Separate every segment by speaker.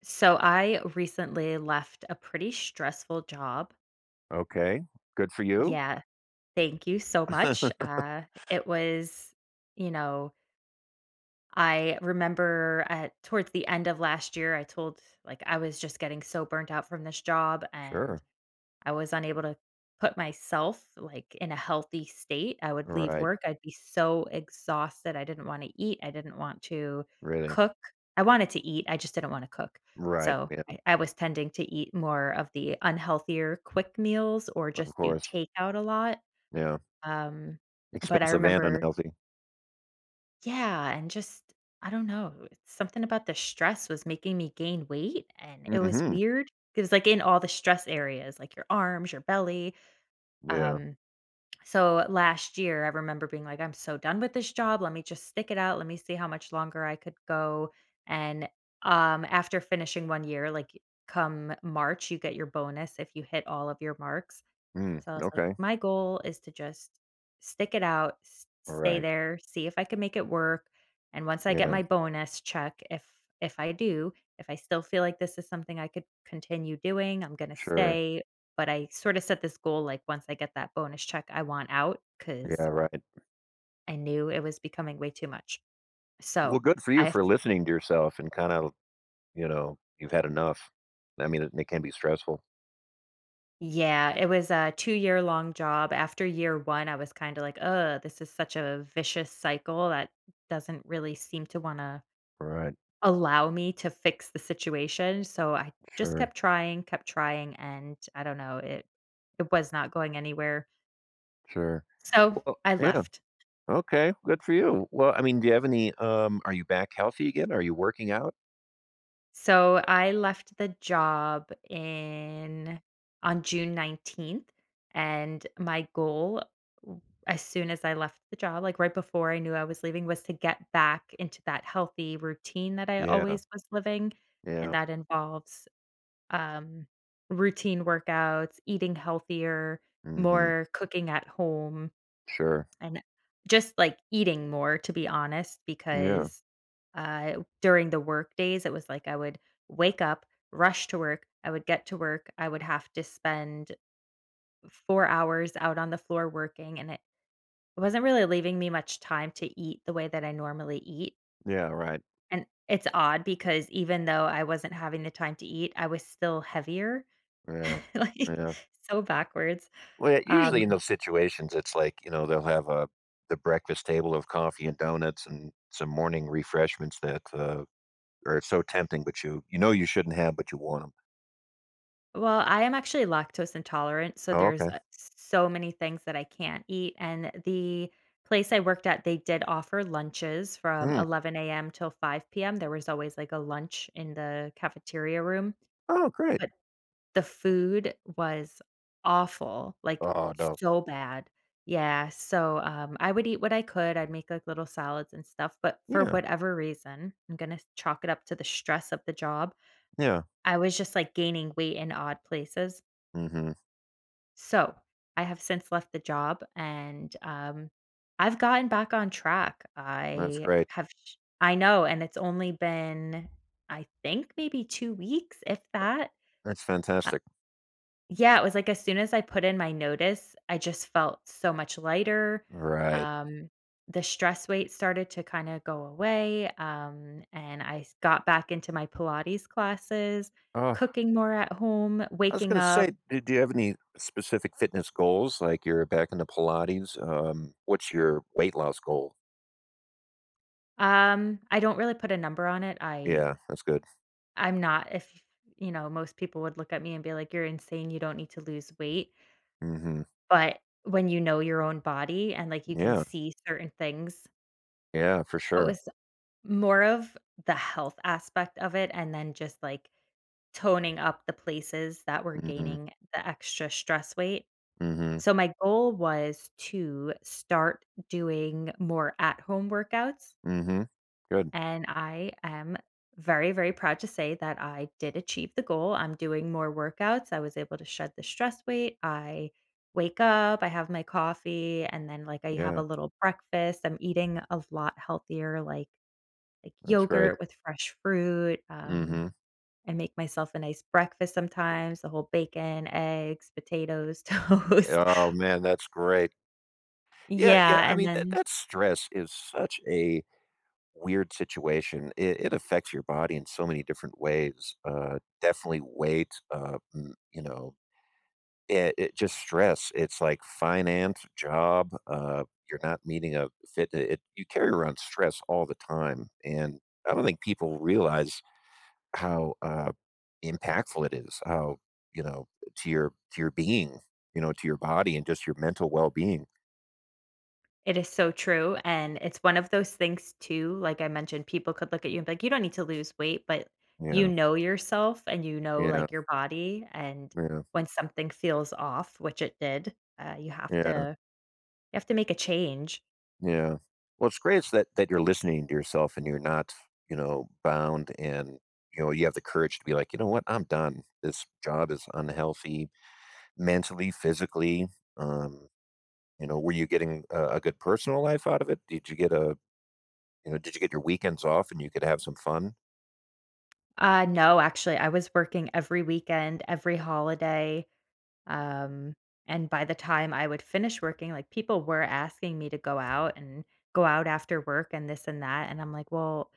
Speaker 1: So I recently left a pretty stressful job.
Speaker 2: Okay, good for you.
Speaker 1: Yeah, thank you so much. It was, you know, I remember at towards the end of last year, I told like I was just getting so burnt out from this job, and
Speaker 2: Sure.
Speaker 1: I was unable to put myself, like, in a healthy state. I would leave
Speaker 2: Right,
Speaker 1: work, I'd be so exhausted, I didn't wanna eat, I didn't want to
Speaker 2: really.
Speaker 1: cook. I wanted to eat, I just didn't wanna cook.
Speaker 2: Right,
Speaker 1: So,
Speaker 2: yeah,
Speaker 1: I was tending to eat more of the unhealthier quick meals or
Speaker 2: of
Speaker 1: just do
Speaker 2: course.
Speaker 1: takeout a lot,
Speaker 2: Yeah,
Speaker 1: um, but I
Speaker 2: expensive and
Speaker 1: remember.
Speaker 2: unhealthy.
Speaker 1: Yeah, and just, I don't know, something about the stress was making me gain weight, and it was
Speaker 2: Mhm,
Speaker 1: weird. It was, like, in all the stress areas, like your arms, your belly.
Speaker 2: yeah.
Speaker 1: um so last year, I remember being like, I'm so done with this job. Let me just stick it out. Let me see how much longer I could go. And after finishing one year, like come March, you get your bonus if you hit all of your marks.
Speaker 2: Mm,
Speaker 1: So I was like,
Speaker 2: okay.
Speaker 1: my goal is to just stick it out, stay
Speaker 2: Alright,
Speaker 1: there, see if I can make it work. And once I get
Speaker 2: yeah,
Speaker 1: my bonus check, if I do, if I still feel like this is something I could continue doing, I'm gonna
Speaker 2: sure.
Speaker 1: stay. But I sort of set this goal like once I get that bonus check, I want out because
Speaker 2: Yeah, right.
Speaker 1: I knew it was becoming way too much.
Speaker 2: Well,
Speaker 1: So
Speaker 2: good for you
Speaker 1: I,
Speaker 2: for
Speaker 1: f-
Speaker 2: listening to yourself and kinda, you've had enough. I mean, it can be stressful.
Speaker 1: yeah, it was a 2 year long job. After year one, I was kind of like, oh, this is such a vicious cycle that doesn't really seem to want to
Speaker 2: Right,
Speaker 1: allow me to fix the situation, so I just
Speaker 2: sure,
Speaker 1: kept trying, and I don't know, it was not going anywhere,
Speaker 2: sure.
Speaker 1: so
Speaker 2: Well,
Speaker 1: I
Speaker 2: yeah,
Speaker 1: left.
Speaker 2: okay, good for you. Well, I mean, do you have are you back healthy again? Are you working out?
Speaker 1: So, I left the job in on June 19th, and my goal w as soon as I left the job, like, right before I knew I was leaving, was to get back into that healthy routine that I
Speaker 2: Yeah,
Speaker 1: always was living, and
Speaker 2: yeah,
Speaker 1: that involves um, routine workouts, eating healthier,
Speaker 2: mhm,
Speaker 1: more cooking at home,
Speaker 2: sure.
Speaker 1: and just like eating more, to be honest,
Speaker 2: Yeah.
Speaker 1: because uh, during the work days, it was like I would wake up, rush to work, I would get to work, I would have to spend 4 hours out on the floor working, and it wasn't really leaving me much time to eat the way that I normally eat.
Speaker 2: Yeah, right.
Speaker 1: And it's odd because even though I wasn't having the time to eat, I was still heavier.
Speaker 2: Yeah.
Speaker 1: Like,
Speaker 2: Yeah.
Speaker 1: so backwards.
Speaker 2: Well, yeah,
Speaker 1: Um,
Speaker 2: usually in those situations, it's like, they'll have a the breakfast table of coffee and donuts and some morning refreshments that are so tempting, but you know you shouldn't have, but you want them.
Speaker 1: well, I am actually lactose intolerant, so
Speaker 2: Oh,
Speaker 1: there's,
Speaker 2: okay.
Speaker 1: so many things that I can't eat, and the place I worked at, they did offer lunches from
Speaker 2: Mm.
Speaker 1: 11 a.m. till 5 PM. There was always, like, a lunch in the cafeteria room,
Speaker 2: Oh, great.
Speaker 1: but the food was awful, like,
Speaker 2: Oh no.
Speaker 1: so bad. Yeah, so, I would eat what I could, I'd make, like, little salads and stuff, but for
Speaker 2: Yeah.
Speaker 1: whatever reason, I'm gonna chalk it up to the stress of the job.
Speaker 2: Yeah.
Speaker 1: I was just, like, gaining weight in odd places.
Speaker 2: Mm-hmm.
Speaker 1: So, I have since left the job and, I've gotten back on track.
Speaker 2: That's
Speaker 1: I
Speaker 2: great.
Speaker 1: have sh I know, and it's only been, I think, maybe 2 weeks, if that.
Speaker 2: That's
Speaker 1: Uh
Speaker 2: fantastic.
Speaker 1: yeah, it was, like, as soon as I put in my notice, I just felt so much lighter.
Speaker 2: Right.
Speaker 1: Um, the stress weight started to kinda go away, and I s got back into my Pilates classes,
Speaker 2: Oh,
Speaker 1: cooking more at home,
Speaker 2: I was
Speaker 1: waking
Speaker 2: gonna say,
Speaker 1: up.
Speaker 2: do you have any specific fitness goals? Like you're back into Pilates. What's your weight loss goal?
Speaker 1: I don't really put a number on it. I
Speaker 2: Yeah, that's good.
Speaker 1: I'm not. If, you know, most people would look at me and be like, "You're insane. You don't need to lose weight."
Speaker 2: Mhm.
Speaker 1: But when you know your own body and, like, you can
Speaker 2: Yeah.
Speaker 1: see certain things,
Speaker 2: Yeah, for
Speaker 1: it
Speaker 2: sure.
Speaker 1: was more of the health aspect of it and then just, like, toning up the places that were
Speaker 2: Mhm.
Speaker 1: gaining the extra stress weight.
Speaker 2: Mhm.
Speaker 1: So my goal was to start doing more at-home workouts.
Speaker 2: Mhm. Good.
Speaker 1: And I am very, very proud to say that I did achieve the goal. I'm doing more workouts. I was able to shed the stress weight. I wake up, I have my coffee, and then like I have
Speaker 2: Yeah.
Speaker 1: a little breakfast. I'm eating a lot healthier, like
Speaker 2: That's great.
Speaker 1: yogurt with fresh fruit.
Speaker 2: Mhm.
Speaker 1: I make myself a nice breakfast sometimes, the whole bacon, eggs, potatoes, toast.
Speaker 2: Oh, man, that's great. Yeah,
Speaker 1: Yeah.
Speaker 2: yeah, I
Speaker 1: And
Speaker 2: mean, that
Speaker 1: then
Speaker 2: that stress is such a weird situation. It affects your body in so many different ways. Definitely weight, it just stress. It's like finance, job, you're not meeting a fit, it you carry around stress all the time, and I don't think people realize how impactful it is, how you know to your being, to your body and just your mental well being.
Speaker 1: it is so true, and it's one of those things too, like I mentioned, people could look at you and be like, "You don't need to lose weight," but you
Speaker 2: Yeah,
Speaker 1: know yourself and you know,
Speaker 2: yeah,
Speaker 1: like, your body, and
Speaker 2: yeah,
Speaker 1: when something feels off, which it did, you have
Speaker 2: yeah,
Speaker 1: to make a change.
Speaker 2: yeah. Well, it's great it's that that you're listening to yourself and you're not bound and you know you have the courage to be like, you know what, I'm done. This job is unhealthy mentally, physically. Um, were you getting a good personal life out of it? Did you get your weekends off and you could have some fun?
Speaker 1: No, actually, I was working every weekend, every holiday, um, and by the time I would finish working, like, people were asking me to go out and go out after work and this and that, and I'm like, "Well,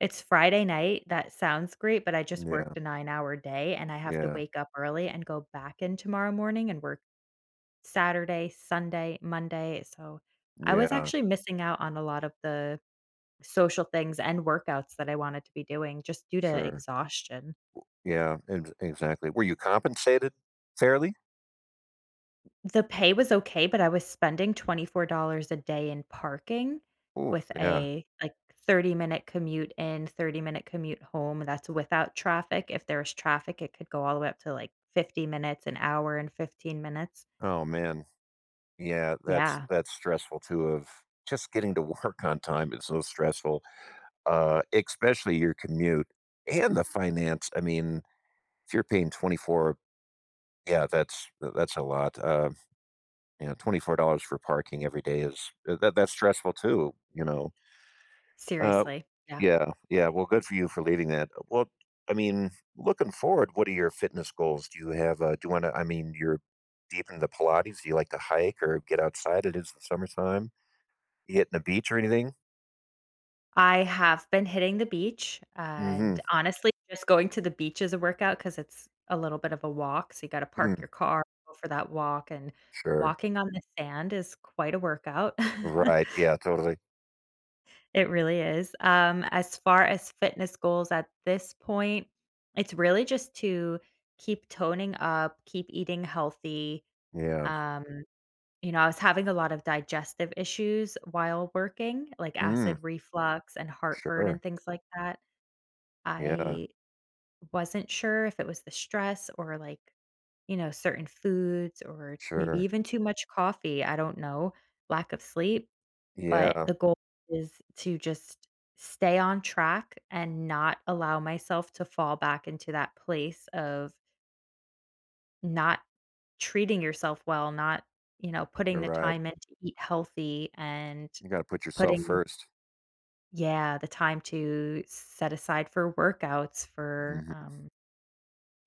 Speaker 1: it's Friday night, that sounds great, but I just
Speaker 2: Yeah,
Speaker 1: worked a 9-hour day, and I have to
Speaker 2: yeah,
Speaker 1: wake up early and go back in tomorrow morning and work Saturday, Sunday, Monday, so I was
Speaker 2: yeah.
Speaker 1: actually missing out on a lot of the social things and workouts that I wanted to be doing just due to
Speaker 2: Sure.
Speaker 1: exhaustion.
Speaker 2: Yeah, ex exactly. Were you compensated fairly?
Speaker 1: The pay was okay, but I was spending $24 a day in parking
Speaker 2: Ooh,
Speaker 1: with
Speaker 2: yeah.
Speaker 1: a, like, 30-minute commute in, 30-minute commute home, that's without traffic. If there was traffic, it could go all the way up to, like, 50 minutes, an hour and 15 minutes.
Speaker 2: Oh, man. Yeah, that's
Speaker 1: Yeah,
Speaker 2: that's stressful too of just getting to work on time is so stressful, especially your commute and the finance. I mean, if you're paying 24, yeah, that's a lot. $24 for parking every day is that's stressful too, you know? Uh
Speaker 1: seriously, yeah.
Speaker 2: Yeah, yeah. Well, good for you for leading that. Well, I mean, looking forward, what are your fitness goals? Do you have, do you want to, I mean, you're deep into Pilates. Do you like to hike or get outside? It is the summertime. You hitting the beach or anything?
Speaker 1: I have been hitting the beach,
Speaker 2: Mm-hmm.
Speaker 1: and honestly, just going to the beach is a workout because it's a little bit of a walk, so you gotta park
Speaker 2: Mm,
Speaker 1: your car, go for that walk, and
Speaker 2: sure.
Speaker 1: walking on the sand is quite a workout.
Speaker 2: Right. Yeah, totally.
Speaker 1: It really is. As far as fitness goals at this point, it's really just to keep toning up, keep eating healthy.
Speaker 2: Yeah.
Speaker 1: Um, you know, I was having a lot of digestive issues while working, like
Speaker 2: Mm,
Speaker 1: acid reflux and heartburn
Speaker 2: sure.
Speaker 1: and things like that.
Speaker 2: Yeah.
Speaker 1: I wasn't sure if it was the stress or like, you know, certain foods or maybe
Speaker 2: Sure.
Speaker 1: even too much coffee. I don't know, lack of sleep. But
Speaker 2: Yeah.
Speaker 1: the goal is to just stay on track and not allow myself to fall back into that place of not treating yourself well, not, you know,
Speaker 2: You're
Speaker 1: putting the
Speaker 2: right.
Speaker 1: time in to eat healthy and
Speaker 2: You got to put yourself
Speaker 1: putting,
Speaker 2: 1st.
Speaker 1: yeah, the time to set aside for workouts for.
Speaker 2: Hmm.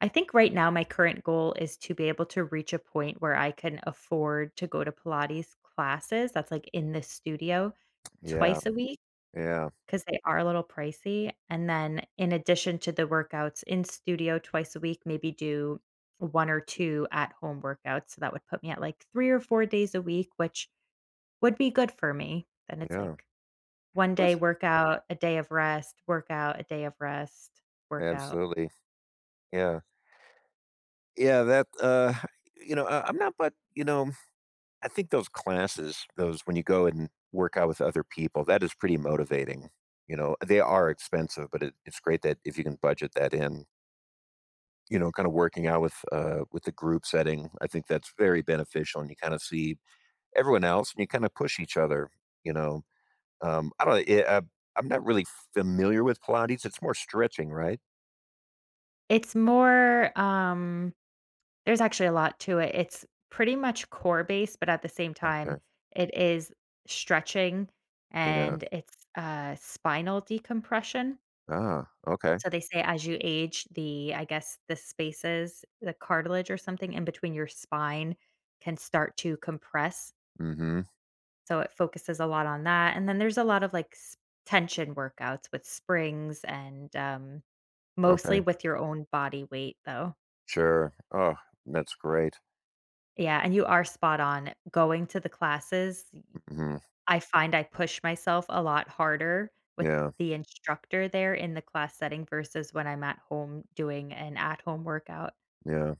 Speaker 1: I think right now my current goal is to be able to reach a point where I can afford to go to Pilates classes that's, like, in the studio
Speaker 2: Yeah.
Speaker 1: twice a week.
Speaker 2: Yeah.
Speaker 1: 'Cause they are a little pricey, and then in addition to the workouts in studio twice a week, maybe do 1 or 2 at home workouts, so that would put me at, like, 3 or 4 days a week, which would be good for me. Then it's
Speaker 2: Yeah.
Speaker 1: like 1 day
Speaker 2: Let's
Speaker 1: workout, a day of rest, workout, a day of rest, workout.
Speaker 2: Absolutely. Yeah. Yeah. That, I'm not, but I think those classes, those when you go and work out with other people, that is pretty motivating. You know, they are expensive, but it's great that if you can budget that in, kind of working out with the group setting, I think that's very beneficial, and you kind of see everyone else, and you kind of push each other. You know, I don't. I'm not really familiar with Pilates. It's more stretching, right?
Speaker 1: It's more, there's actually a lot to it. It's pretty much core based, but at the same time,
Speaker 2: Okay.
Speaker 1: it is stretching
Speaker 2: Yeah.
Speaker 1: and it's, spinal decompression.
Speaker 2: Ah. Okay.
Speaker 1: So they say as you age, the I guess the spaces, the cartilage or something in between your spine can start to compress.
Speaker 2: Mm-hmm.
Speaker 1: So it focuses a lot on that. And then there's a lot of like tension workouts with springs and mostly
Speaker 2: Okay.
Speaker 1: with your own body weight, though.
Speaker 2: Sure. Oh, that's great.
Speaker 1: Yeah. And you are spot on going to the classes.
Speaker 2: Mm-hmm.
Speaker 1: I find I push myself a lot harder with
Speaker 2: Yeah.
Speaker 1: the instructor there in the class setting versus when I'm at home doing an at home workout.
Speaker 2: Yeah.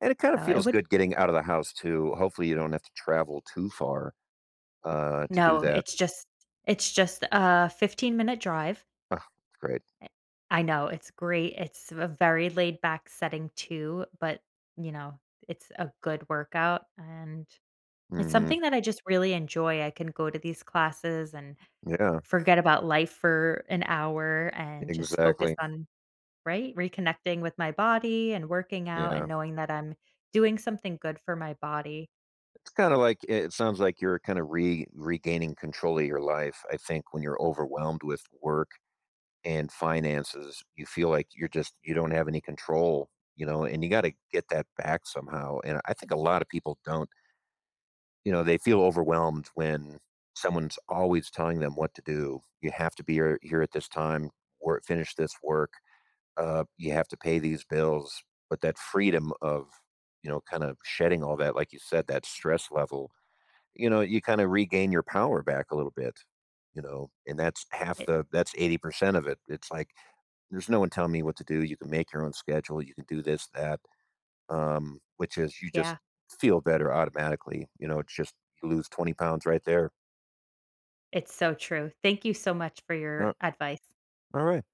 Speaker 2: And it kind of
Speaker 1: So it
Speaker 2: feels
Speaker 1: would
Speaker 2: good getting out of the house too. Hopefully, you don't have to travel too far to do
Speaker 1: No,
Speaker 2: that.
Speaker 1: it's just a 15-minute drive.
Speaker 2: Ah, it's great.
Speaker 1: Eh I know, it's great, it's a very laid back setting too, but, you know, it's a good workout, and it's
Speaker 2: Hmm.
Speaker 1: something that I just really enjoy. I can go to these classes and
Speaker 2: Yeah,
Speaker 1: forget about life for an hour and just focus
Speaker 2: exactly.
Speaker 1: on. Right? Reconnecting with my body and working out
Speaker 2: Yeah,
Speaker 1: and knowing that I'm doing something good for my body.
Speaker 2: it's kind of like it sounds like you're kind of re regaining control of your life. I think when you're overwhelmed with work and finances, you feel like you don't have any control, and you got to get that back somehow. And I think a lot of people don't. They feel overwhelmed when someone's always telling them what to do. You have to be here, here at this time, work, finish this work. You have to pay these bills. But that freedom of, kind of shedding all that, like you said, that stress level, you kind of regain your power back a little bit, and that's
Speaker 1: It
Speaker 2: that's 80% of it. It's like, there's no one telling me what to do. You can make your own schedule. You can do this, that which is you just
Speaker 1: Yeah,
Speaker 2: feel better automatically. You know, it's just you lose 20 pounds right there.
Speaker 1: it's so true. Thank you so much for
Speaker 2: Uh,
Speaker 1: your advice.
Speaker 2: All right.